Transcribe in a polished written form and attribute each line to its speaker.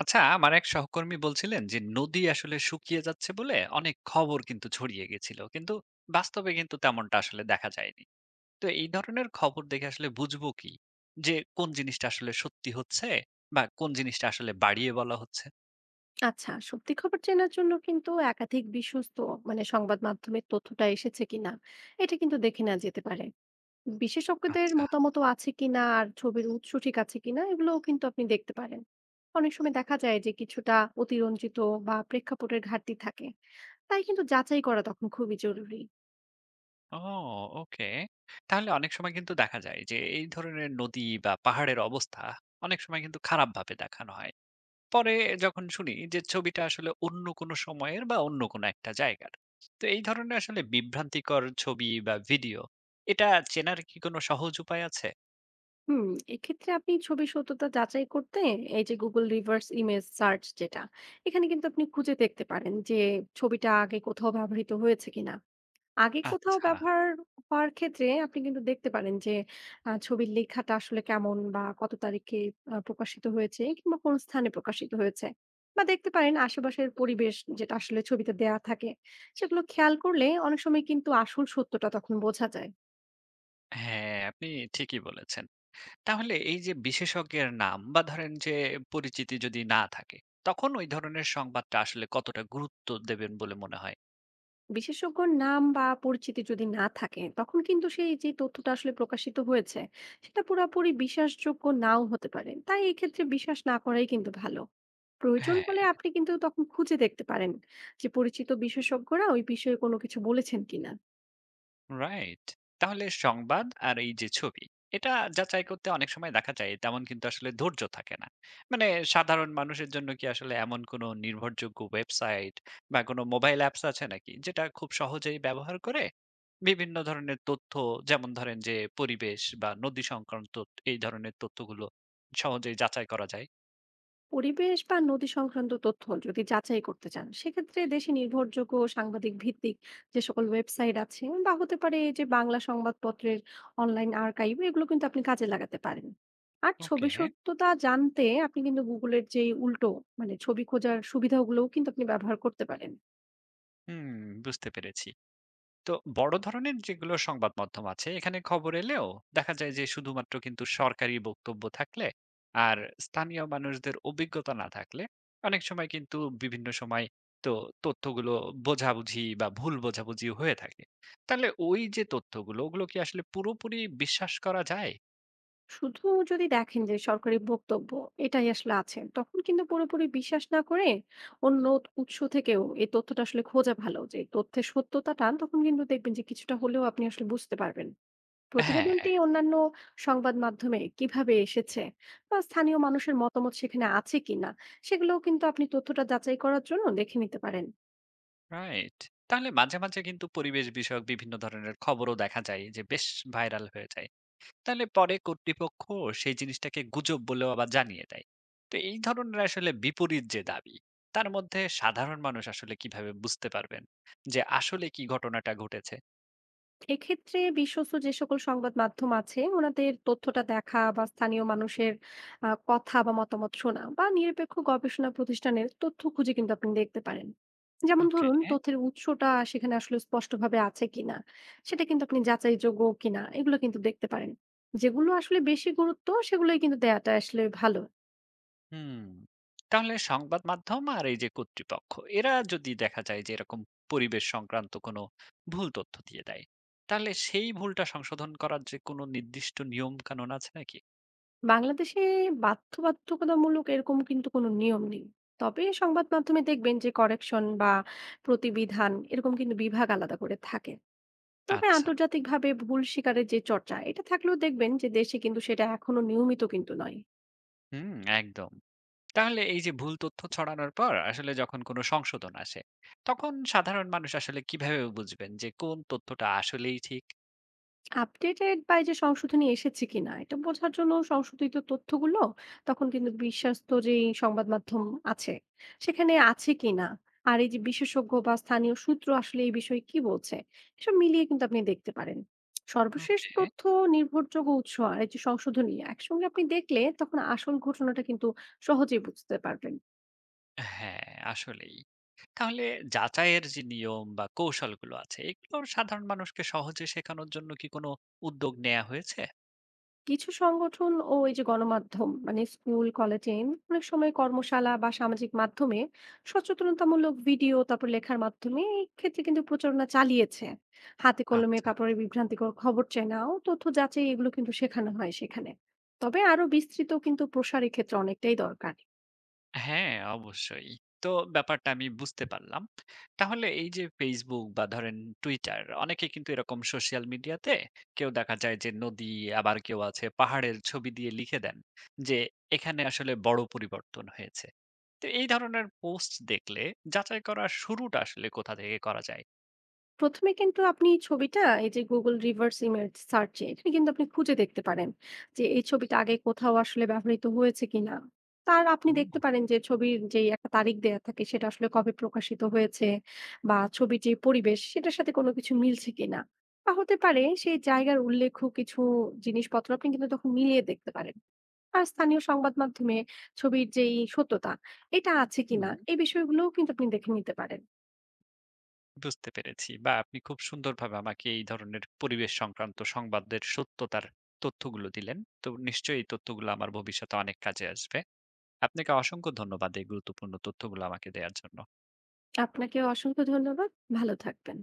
Speaker 1: আচ্ছা, আমার এক সহকর্মী বলছিলেন যে নদী আসলে শুকিয়ে যাচ্ছে বলে অনেক খবর কিন্তু ছড়িয়ে গেছিল, কিন্তু বাস্তবে কিন্তু তেমনটা আসলে দেখা যায়নি। তো এই ধরনের খবর দেখে আসলে বুঝবো কি যে কোন জিনিসটা আসলে সত্যি হচ্ছে, বা কোন জিনিসটা আসলে বাড়িয়ে বলা হচ্ছে?
Speaker 2: আচ্ছা, সত্যি খবর চেনার জন্য কিন্তু একাধিক বিশ্বস্ত মানে সংবাদ মাধ্যমের তথ্যটা এসেছে কিনা এটা কিন্তু দেখে নেওয়া যেতে পারে। বিশেষজ্ঞদের
Speaker 1: আচ্ছা।
Speaker 2: মতামতও আছে কিনা আর ছবির উৎস ঠিক আছে কিনা এগুলোও কিন্তু আপনি দেখতে পারেন। অনেক সময় দেখা যায় যে কিছুটা অতিরঞ্জিত বা প্রেক্ষাপটের ঘাটতি থাকে। তাই কিন্তু যাচাই করা তখন খুবই জরুরি।
Speaker 1: ও, ওকে। তাহলে অনেক সময় কিন্তু দেখা যায় যে এই ধরনের নদী বা পাহাড়ের অবস্থা অনেক সময় কিন্তু খারাপভাবে দেখানো হয়, পরে যখন শুনি যে ছবিটা আসলে অন্য কোনো সময়ের বা অন্য কোনো একটা জায়গার। তো এই ধরনের আসলে বিভ্রান্তিকর ছবি বা ভিডিও, এটা চেনার কি কোনো সহজ উপায় আছে?
Speaker 2: হুম, এক্ষেত্রে আপনি ছবির সত্যতা যাচাই করতে এই যে Google reverse image search যেটা, এখানে কিন্তু আপনি খুঁজে দেখতে পারেন যে ছবিটা আগে কোথাও ব্যবহৃত হয়েছে কিনা। আগে কোথাও
Speaker 1: আচ্ছা।
Speaker 2: ব্যবহার হওয়ার ক্ষেত্রে আপনি কিন্তু দেখতে পারেন যে ছবির লেখাটা আসলে কেমন বা কত তারিখে প্রকাশিত হয়েছে কিংবা কোন স্থানে প্রকাশিত হয়েছে। বা দেখতে পারেন আশেপাশের পরিবেশ যেটা আসলে ছবিতে দেয়া থাকে, সেগুলো খেয়াল করলে অনেক সময় কিন্তু আসল সত্যটা তখন বোঝা যায়।
Speaker 1: হ্যাঁ, আপনি ঠিকই বলেছেন। তাহলে এই যে বিশেষজ্ঞের নাম বা ধরেন যে পরিচিতি যদি না থাকে, তখন ওই ধরনের সংবাদটা আসলে কতটা গুরুত্ব দেবেন বলে মনে হয়?
Speaker 2: বিশেষজ্ঞর নাম বা পরিচিতি যদি না থাকে তখন কিন্তু সেই যে তথ্যটা আসলে প্রকাশিত হয়েছে সেটা পুরোপুরি বিশ্বাসযোগ্য নাও হতে পারে তাই এক্ষেত্রে বিশ্বাস না করাই কিন্তু ভালো। প্রয়োজন হলে
Speaker 1: হ্যাঁ।
Speaker 2: আপনি কিন্তু তখন খুঁজে দেখতে পারেন যে পরিচিত বিশেষজ্ঞরা ওই বিষয়ে কোনো কিছু বলেছেন কিনা।
Speaker 1: রাইট। তাহলে সংবাদ আর এই যে ছবি, এটা যাচাই করতে অনেক সময় দেখা যায় তেমন কিন্তু আসলে ধৈর্য থাকে না। মানে সাধারণ মানুষের জন্য কি আসলে এমন কোনো নির্ভরযোগ্য ওয়েবসাইট বা কোনো মোবাইল অ্যাপস আছে নাকি, যেটা খুব সহজেই ব্যবহার করে বিভিন্ন ধরনের তথ্য, যেমন ধরেন যে পরিবেশ বা নদী সংক্রান্ত এই ধরনের তথ্যগুলো সহজেই যাচাই করা যায়?
Speaker 2: পরিবেশ বা নদী সংক্রান্ত তথ্য যদি যাচাই করতে চান সেক্ষেত্রে দেশে নির্ভরযোগ্য সাংবাদিক ভিত্তিক যে সকল ওয়েবসাইট আছে বা হতে পারে যে বাংলা সংবাদপত্রের অনলাইন আর্কাইভ এগুলো কিন্তু আপনি কাজে লাগাতে পারেন। আর ছবি
Speaker 1: ওকে।
Speaker 2: সত্যতা জানতে আপনি কিন্তু গুগলের যে উল্টো মানে ছবি খোঁজার সুবিধাগুলোও কিন্তু আপনি ব্যবহার করতে পারেন।
Speaker 1: হুম, বুঝতে পেরেছি। তো বড় ধরনের যেগুলো সংবাদ মাধ্যম আছে এখানে খবর এলেও দেখা যায় যে শুধুমাত্র কিন্তু সরকারি বক্তব্য থাকলে, আর স্থানীয় মানুষদের অভিজ্ঞতা না থাকলে, অনেক সময় কিন্তু বিভিন্ন সময়, তো তথ্যগুলো বোঝাবুঝি বা ভুল বোঝাবুঝি হয়ে থাকে। তাহলে ওই যে তথ্যগুলো, ওগুলো কি আসলে পুরোপুরি বিশ্বাস করা যায়?
Speaker 2: শুধু যদি দেখেন যে সরকারি বক্তব্য এটাই আসলে আছে তখন কিন্তু পুরোপুরি বিশ্বাস না করে অন্য উৎস থেকেও এই তথ্যটা আসলে খোঁজা ভালো, যে তথ্যের সত্যতাটা তখন কিন্তু দেখবেন যে কিছুটা হলেও আপনি আসলে বুঝতে পারবেন।
Speaker 1: হ্যাঁ।
Speaker 2: প্রতিবেদনটি অন্যান্য সংবাদ মাধ্যমে কিভাবে এসেছে বা স্থানীয় মানুষের মতামত সেখানে আছে কিনা সেগুলোও কিন্তু আপনি তথ্যটা যাচাই করার জন্য দেখে নিতে পারেন।
Speaker 1: রাইট। তাহলে মাঝে মাঝে কিন্তু পরিবেশ বিষয়ক বিভিন্ন ধরনের খবরও দেখা যায় যে বেশ ভাইরাল হয়ে যায়। তাহলে পরে কর্তৃপক্ষ সেই জিনিসটাকে গুজব বলেও আবার জানিয়ে দেয়। তো এই ধরনের আসলে বিপরীত যে দাবি, তার মধ্যে সাধারণ মানুষ আসলে কিভাবে বুঝতে পারবেন যে আসলে কি ঘটনাটা ঘটেছে?
Speaker 2: এক্ষেত্রে বিশ্বস্ত যে সকল সংবাদ মাধ্যম আছে ওনাদের তথ্যটা দেখা বা স্থানীয় মানুষের কথা বা মতামত শোনা বা নিরপেক্ষ গবেষণা প্রতিষ্ঠানের তথ্য খুঁজে কিন্তু আপনি দেখতে পারেন। যেমন
Speaker 1: ওকে।
Speaker 2: ধরুন তথ্যের উৎসটা সেখানে আসলে স্পষ্টভাবে আছে কিনা, সেটা কিন্তু আপনি যাচাইযোগ্য কিনা এগুলো কিন্তু দেখতে পারেন। যেগুলো আসলে বেশি গুরুত্ব সেগুলোই কিন্তু দেয়াটা আসলে ভালো।
Speaker 1: হুম। তাহলে সংবাদ মাধ্যম আর এই যে কর্তৃপক্ষ, এরা যদি দেখা যায় যে এরকম পরিবেশ সংক্রান্ত কোনো ভুল তথ্য দিয়ে দেয়, তাহলে সেই ভুলটা সংশোধন করার যে কোনো নির্দিষ্ট নিয়ম কানুন আছে নাকি?
Speaker 2: বাংলাদেশে বাধ্যবাধকতামূলক এরকম কিন্তু কোনো নিয়ম নেই। তবে সংবাদ মাধ্যমে দেখবেন যে করেকশন বা প্রতিবিধান এরকম কিন্তু বিভাগ আলাদা করে থাকে। তবে
Speaker 1: আচ্ছা।
Speaker 2: আন্তর্জাতিকভাবে ভুল স্বীকারের যে চর্চা এটা থাকলেও দেখবেন যে দেশে কিন্তু সেটা এখনো নিয়মিত কিন্তু নয়।
Speaker 1: হুম। একদম। তাহলে এই যে ভুল তথ্য ছড়ানোর পর আসলে যখন কোনো সংশোধন আসে, তখন সাধারণ মানুষ আসলে কিভাবে বুঝবেন যে কোন তথ্যটা আসলেই ঠিক?
Speaker 2: আপডেটেড বা এই যে সংশোধনী এসেছে কিনা এটা বোঝার জন্য সংশোধিত তথ্যগুলো তখন কিন্তু বিশ্বস্ত যে সংবাদ মাধ্যম আছে সেখানে আছে কিনা আর এই যে বিশেষজ্ঞ বা স্থানীয় সূত্র আসলে এই বিষয়ে কি বলছে এসব মিলিয়ে কিন্তু আপনি দেখতে পারেন। সর্বশেষ
Speaker 1: ওকে।
Speaker 2: তথ্য, নির্ভরযোগ্য উৎস আর এই যে সংশোধনী একসঙ্গে আপনি দেখলে তখন আসল ঘটনাটা কিন্তু সহজেই বুঝতে পারবেন।
Speaker 1: হ্যাঁ, আসলেই। তাহলে যাচাইয়ের যে নিয়ম বা কৌশলগুলো আছে, এগুলো সাধারণ মানুষকে সহজে শেখানোর জন্য কি কোনো উদ্যোগ নেওয়া হয়েছে?
Speaker 2: কিছু সংগঠন ও এই যে গণমাধ্যম মানে স্কুল কলেজ চেইন অনেক সময় কর্মশালা বা সামাজিক মাধ্যমে সচেতনতামূলক ভিডিও তারপর লেখার মাধ্যমে এই ক্ষেত্রে কিন্তু প্রচারণা চালিয়েছে। হাতে কলমে
Speaker 1: আচ্ছা।
Speaker 2: তারপরে বিভ্রান্তিকর খবর চেনাও তথ্য যাচাই এগুলো কিন্তু শেখানো হয় সেখানে। তবে আরো বিস্তৃত কিন্তু প্রসার এক্ষেত্রে অনেকটাই দরকার।
Speaker 1: হ্যাঁ, অবশ্যই। তো ব্যাপারটা আমি বুঝতে পারলাম। তাহলে এই যে Facebook বা ধরেন Twitter, অনেকে কিন্তু এরকম সোশ্যাল মিডিয়াতে, কেউ দেখা যায় যে নদী, আবার কেউ আছে পাহাড়ের ছবি দিয়ে লিখে দেন যে এখানে আসলে বড় পরিবর্তন হয়েছে। তো এই ধরনের পোস্ট দেখলে যাচাই করার শুরুটা আসলে কোথা থেকে করা যায়?
Speaker 2: প্রথমে কিন্তু আপনি এই ছবিটা এই যে Google reverse image search এ এখানে কিন্তু আপনি খুঁজে দেখতে পারেন যে এই ছবিটা আগে কোথাও আসলে ব্যবহৃত হয়েছে কিনা। তার আপনি দেখতে
Speaker 1: ও!
Speaker 2: পারেন যে ছবির যেই একটা তারিখ দেয়া থাকে সেটা আসলে কবে প্রকাশিত হয়েছে বা ছবির যে পরিবেশ সেটার সাথে কোনো কিছু মিলছে কিনা। বা হতে পারে সেই জায়গার উল্লেখ্য কিছু জিনিসপত্র আপনি কিন্তু তখন মিলিয়ে দেখতে পারেন। আর স্থানীয় সংবাদ মাধ্যমে ছবির যেই সত্যতা এটা আছে কিনা
Speaker 1: হুম।
Speaker 2: এই বিষয়গুলোও কিন্তু আপনি দেখে নিতে পারেন।
Speaker 1: বুঝতে পেরেছি। বা আপনি খুব সুন্দরভাবে আমাকে এই ধরনের পরিবেশ সংক্রান্ত সংবাদের সত্যতার তথ্যগুলো দিলেন। তো নিশ্চয়ই এই তথ্যগুলো আমার ভবিষ্যতে অনেক কাজে আসবে। আপনাকে অসংখ্য ধন্যবাদ এই গুরুত্বপূর্ণ তথ্যগুলো আমাকে দেয়ার জন্য।
Speaker 2: আপনাকেও অসংখ্য ধন্যবাদ। ভালো থাকবেন।